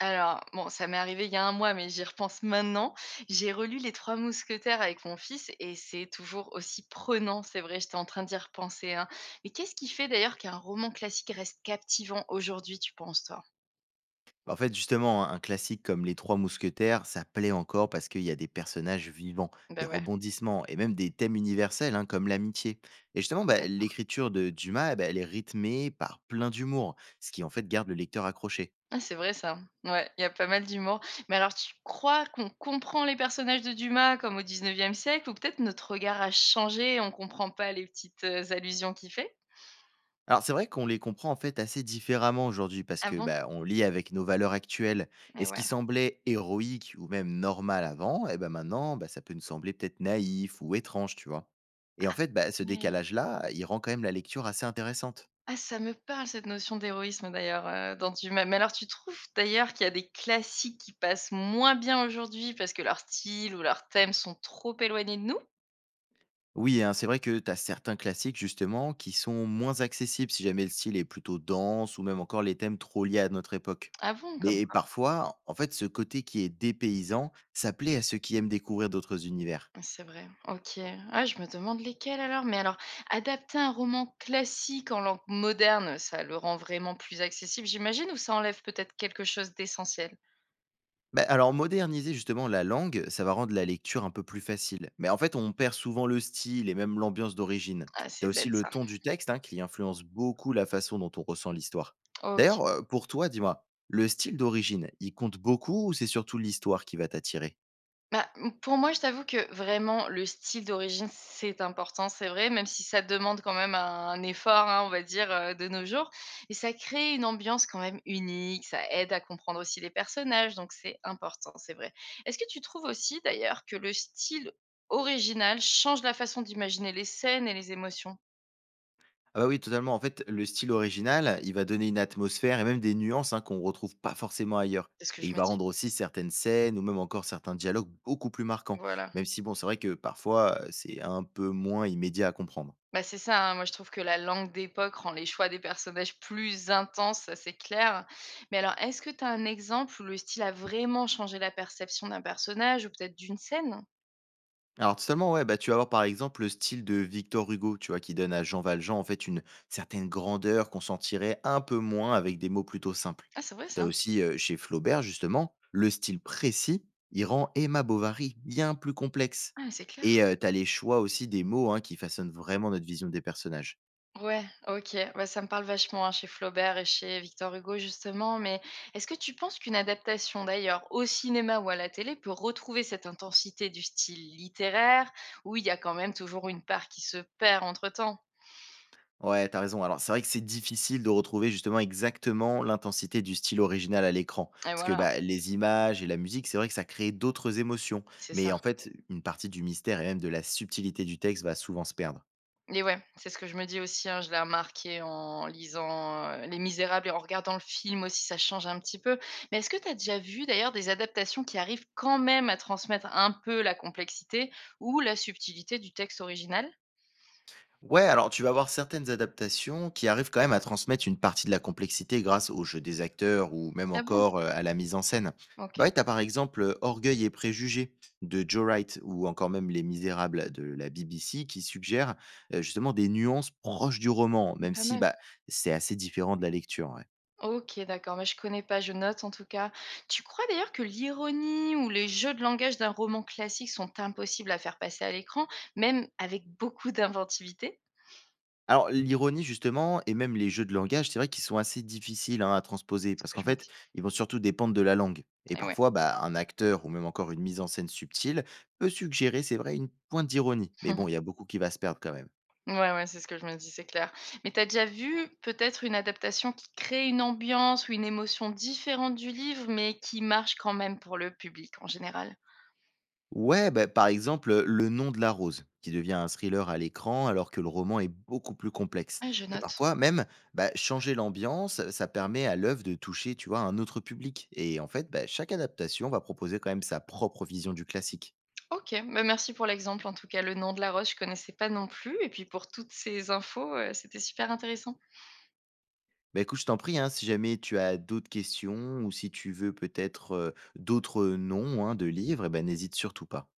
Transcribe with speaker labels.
Speaker 1: Alors, bon, ça m'est arrivé il y a un mois, mais j'y repense maintenant. J'ai relu Les 3 Mousquetaires avec mon fils et c'est toujours aussi prenant, c'est vrai, j'étais en train d'y repenser, hein. Mais qu'est-ce qui fait d'ailleurs qu'un roman classique reste captivant aujourd'hui, tu penses, toi?
Speaker 2: Bah, en fait, justement, un classique comme Les Trois Mousquetaires, ça plaît encore parce qu'il y a des personnages vivants, des
Speaker 1: Ben ouais.
Speaker 2: rebondissements et même des thèmes universels hein, comme l'amitié. Et justement, bah,
Speaker 1: D'accord.
Speaker 2: l'écriture de Dumas, eh ben, elle est rythmée par plein d'humour, ce qui en fait garde le lecteur accroché.
Speaker 1: Ah, c'est vrai ça. Ouais, il y a pas mal d'humour. Mais alors, tu crois qu'on comprend les personnages de Dumas comme au 19e siècle ou peut-être notre regard a changé et on comprend pas les petites, allusions qu'il fait?
Speaker 2: Alors c'est vrai qu'on les comprend en fait assez différemment aujourd'hui parce
Speaker 1: Ah
Speaker 2: que
Speaker 1: bon?
Speaker 2: bah, on lit avec nos valeurs actuelles et
Speaker 1: Et
Speaker 2: ce qui
Speaker 1: ouais.
Speaker 2: semblait héroïque ou même normal avant, et ben maintenant bah, ça peut nous sembler peut-être naïf ou étrange, tu vois. Et en fait, bah, ce décalage-là, il rend quand même la lecture assez intéressante.
Speaker 1: Ah, ça me parle cette notion d'héroïsme d'ailleurs, dans du même mais alors tu trouves d'ailleurs qu'il y a des classiques qui passent moins bien aujourd'hui parce que leur style ou leurs thèmes sont trop éloignés de nous?
Speaker 2: Oui, hein, c'est vrai que tu as certains classiques justement qui sont moins accessibles si jamais le style est plutôt dense ou même encore les thèmes trop liés à notre époque.
Speaker 1: Ah bon, comme
Speaker 2: Mais
Speaker 1: quoi?
Speaker 2: parfois, en fait, ce côté qui est dépaysant, ça plaît à ceux qui aiment découvrir d'autres univers.
Speaker 1: C'est vrai, OK. Ah, je me demande lesquels alors, mais alors adapter un roman classique en langue moderne, ça le rend vraiment plus accessible j'imagine ou ça enlève peut-être quelque chose d'essentiel?
Speaker 2: Bah, alors, moderniser justement la langue, ça va rendre la lecture un peu plus facile. Mais en fait, on perd souvent le style et même l'ambiance d'origine.
Speaker 1: Ah,
Speaker 2: Tu
Speaker 1: c'est
Speaker 2: as aussi
Speaker 1: bête
Speaker 2: le
Speaker 1: ça.
Speaker 2: ton du texte hein, qui influence beaucoup la façon dont on ressent l'histoire. D'ailleurs,
Speaker 1: OK.
Speaker 2: pour toi, dis-moi, le style d'origine, il compte beaucoup ou c'est surtout l'histoire qui va t'attirer?
Speaker 1: Bah, mmh, pour moi, je t'avoue que vraiment le style d'origine, c'est important, c'est vrai, même si ça demande quand même un effort, hein, on va dire, de nos jours et ça crée une ambiance quand même unique, ça aide à comprendre aussi les personnages, donc c'est important, c'est vrai. Est-ce que tu trouves aussi d'ailleurs que le style original change la façon d'imaginer les scènes et les émotions?
Speaker 2: Ah bah oui, totalement. En fait, le style original, il va donner une atmosphère et même des nuances hein, qu'on retrouve pas forcément ailleurs.
Speaker 1: C'est ce que
Speaker 2: Et il
Speaker 1: je me
Speaker 2: va
Speaker 1: dis.
Speaker 2: rendre aussi certaines scènes ou même encore certains dialogues beaucoup plus marquants.
Speaker 1: Voilà.
Speaker 2: Même si, bon, c'est vrai que parfois, c'est un peu moins immédiat à comprendre.
Speaker 1: Bah, c'est ça, hein. Moi, je trouve que la langue d'époque rend les choix des personnages plus intenses, ça, c'est clair. Mais alors, est-ce que tu as un exemple où le style a vraiment changé la perception d'un personnage ou peut-être d'une scène?
Speaker 2: Alors tout simplement, ouais, bah, tu vas avoir par exemple le style de Victor Hugo, tu vois, qui donne à Jean Valjean en fait une certaine grandeur qu'on sentirait un peu moins avec des mots plutôt simples.
Speaker 1: Ah, c'est vrai
Speaker 2: T'as
Speaker 1: ça?
Speaker 2: aussi chez Flaubert justement le style précis, il rend Emma Bovary bien plus complexe.
Speaker 1: Ah, c'est
Speaker 2: Et
Speaker 1: clair.
Speaker 2: tu as les choix aussi des mots hein, qui façonnent vraiment notre vision des personnages.
Speaker 1: Ouais, OK. Bah, ça me parle vachement, hein, chez Flaubert et chez Victor Hugo, justement. Mais est-ce que tu penses qu'une adaptation, d'ailleurs, au cinéma ou à la télé peut retrouver cette intensité du style littéraire, où il y a quand même toujours une part qui se perd entre-temps?
Speaker 2: Ouais, t'as raison. Alors, c'est vrai que c'est difficile de retrouver justement exactement l'intensité du style original à l'écran.
Speaker 1: Et
Speaker 2: Parce que
Speaker 1: voilà,
Speaker 2: bah, les images et la musique, c'est vrai que ça crée d'autres émotions.
Speaker 1: c'est
Speaker 2: Mais
Speaker 1: ça.
Speaker 2: en fait, une partie du mystère et même de la subtilité du texte va souvent se perdre.
Speaker 1: Et ouais, c'est ce que je me dis aussi, hein, je l'ai remarqué en lisant, Les Misérables et en regardant le film aussi, ça change un petit peu. Mais est-ce que tu as déjà vu d'ailleurs des adaptations qui arrivent quand même à transmettre un peu la complexité ou la subtilité du texte original?
Speaker 2: Ouais, alors tu vas avoir certaines adaptations qui arrivent quand même à transmettre une partie de la complexité grâce au jeu des acteurs ou même
Speaker 1: Ah bon?
Speaker 2: encore à la mise en scène. Bah
Speaker 1: OK,
Speaker 2: ouais, t'as par exemple Orgueil et Préjugés de Joe Wright ou encore même Les Misérables de la BBC qui suggèrent justement des nuances proches du roman, même
Speaker 1: pas
Speaker 2: si
Speaker 1: mal.
Speaker 2: bah, c'est assez différent de la lecture. Ouais.
Speaker 1: OK, d'accord, mais je connais pas, je note en tout cas. Tu crois d'ailleurs que l'ironie ou les jeux de langage d'un roman classique sont impossibles à faire passer à l'écran, même avec beaucoup d'inventivité?
Speaker 2: Alors l'ironie justement et même les jeux de langage, c'est vrai qu'ils sont assez difficiles, hein, à transposer
Speaker 1: C'est ce
Speaker 2: parce
Speaker 1: que
Speaker 2: qu'en
Speaker 1: je me
Speaker 2: fait,
Speaker 1: dis.
Speaker 2: ils vont surtout dépendre de la langue et
Speaker 1: Et ouais.
Speaker 2: parfois, bah, un acteur ou même encore une mise en scène subtile peut suggérer, c'est vrai, une pointe d'ironie. Mais bon, il y a beaucoup qui va se perdre quand même.
Speaker 1: Ouais, ouais, c'est ce que je me dis, c'est clair. Mais t'as déjà vu peut-être une adaptation qui crée une ambiance ou une émotion différente du livre, mais qui marche quand même pour le public en général?
Speaker 2: Ouais, bah, par exemple, Le nom de la rose qui devient un thriller à l'écran alors que le roman est beaucoup plus complexe
Speaker 1: Ah, je
Speaker 2: et
Speaker 1: note.
Speaker 2: parfois même, bah, changer l'ambiance, ça permet à l'œuvre de toucher, tu vois, un autre public et en fait, bah, chaque adaptation va proposer quand même sa propre vision du classique.
Speaker 1: OK, bah, merci pour l'exemple en tout cas. Le nom de la roche, je connaissais pas non plus et puis pour toutes ces infos, c'était super intéressant.
Speaker 2: Bah, écoute, je t'en prie, hein, si jamais tu as d'autres questions ou si tu veux peut-être, d'autres noms, hein, de livres, eh ben n'hésite surtout pas.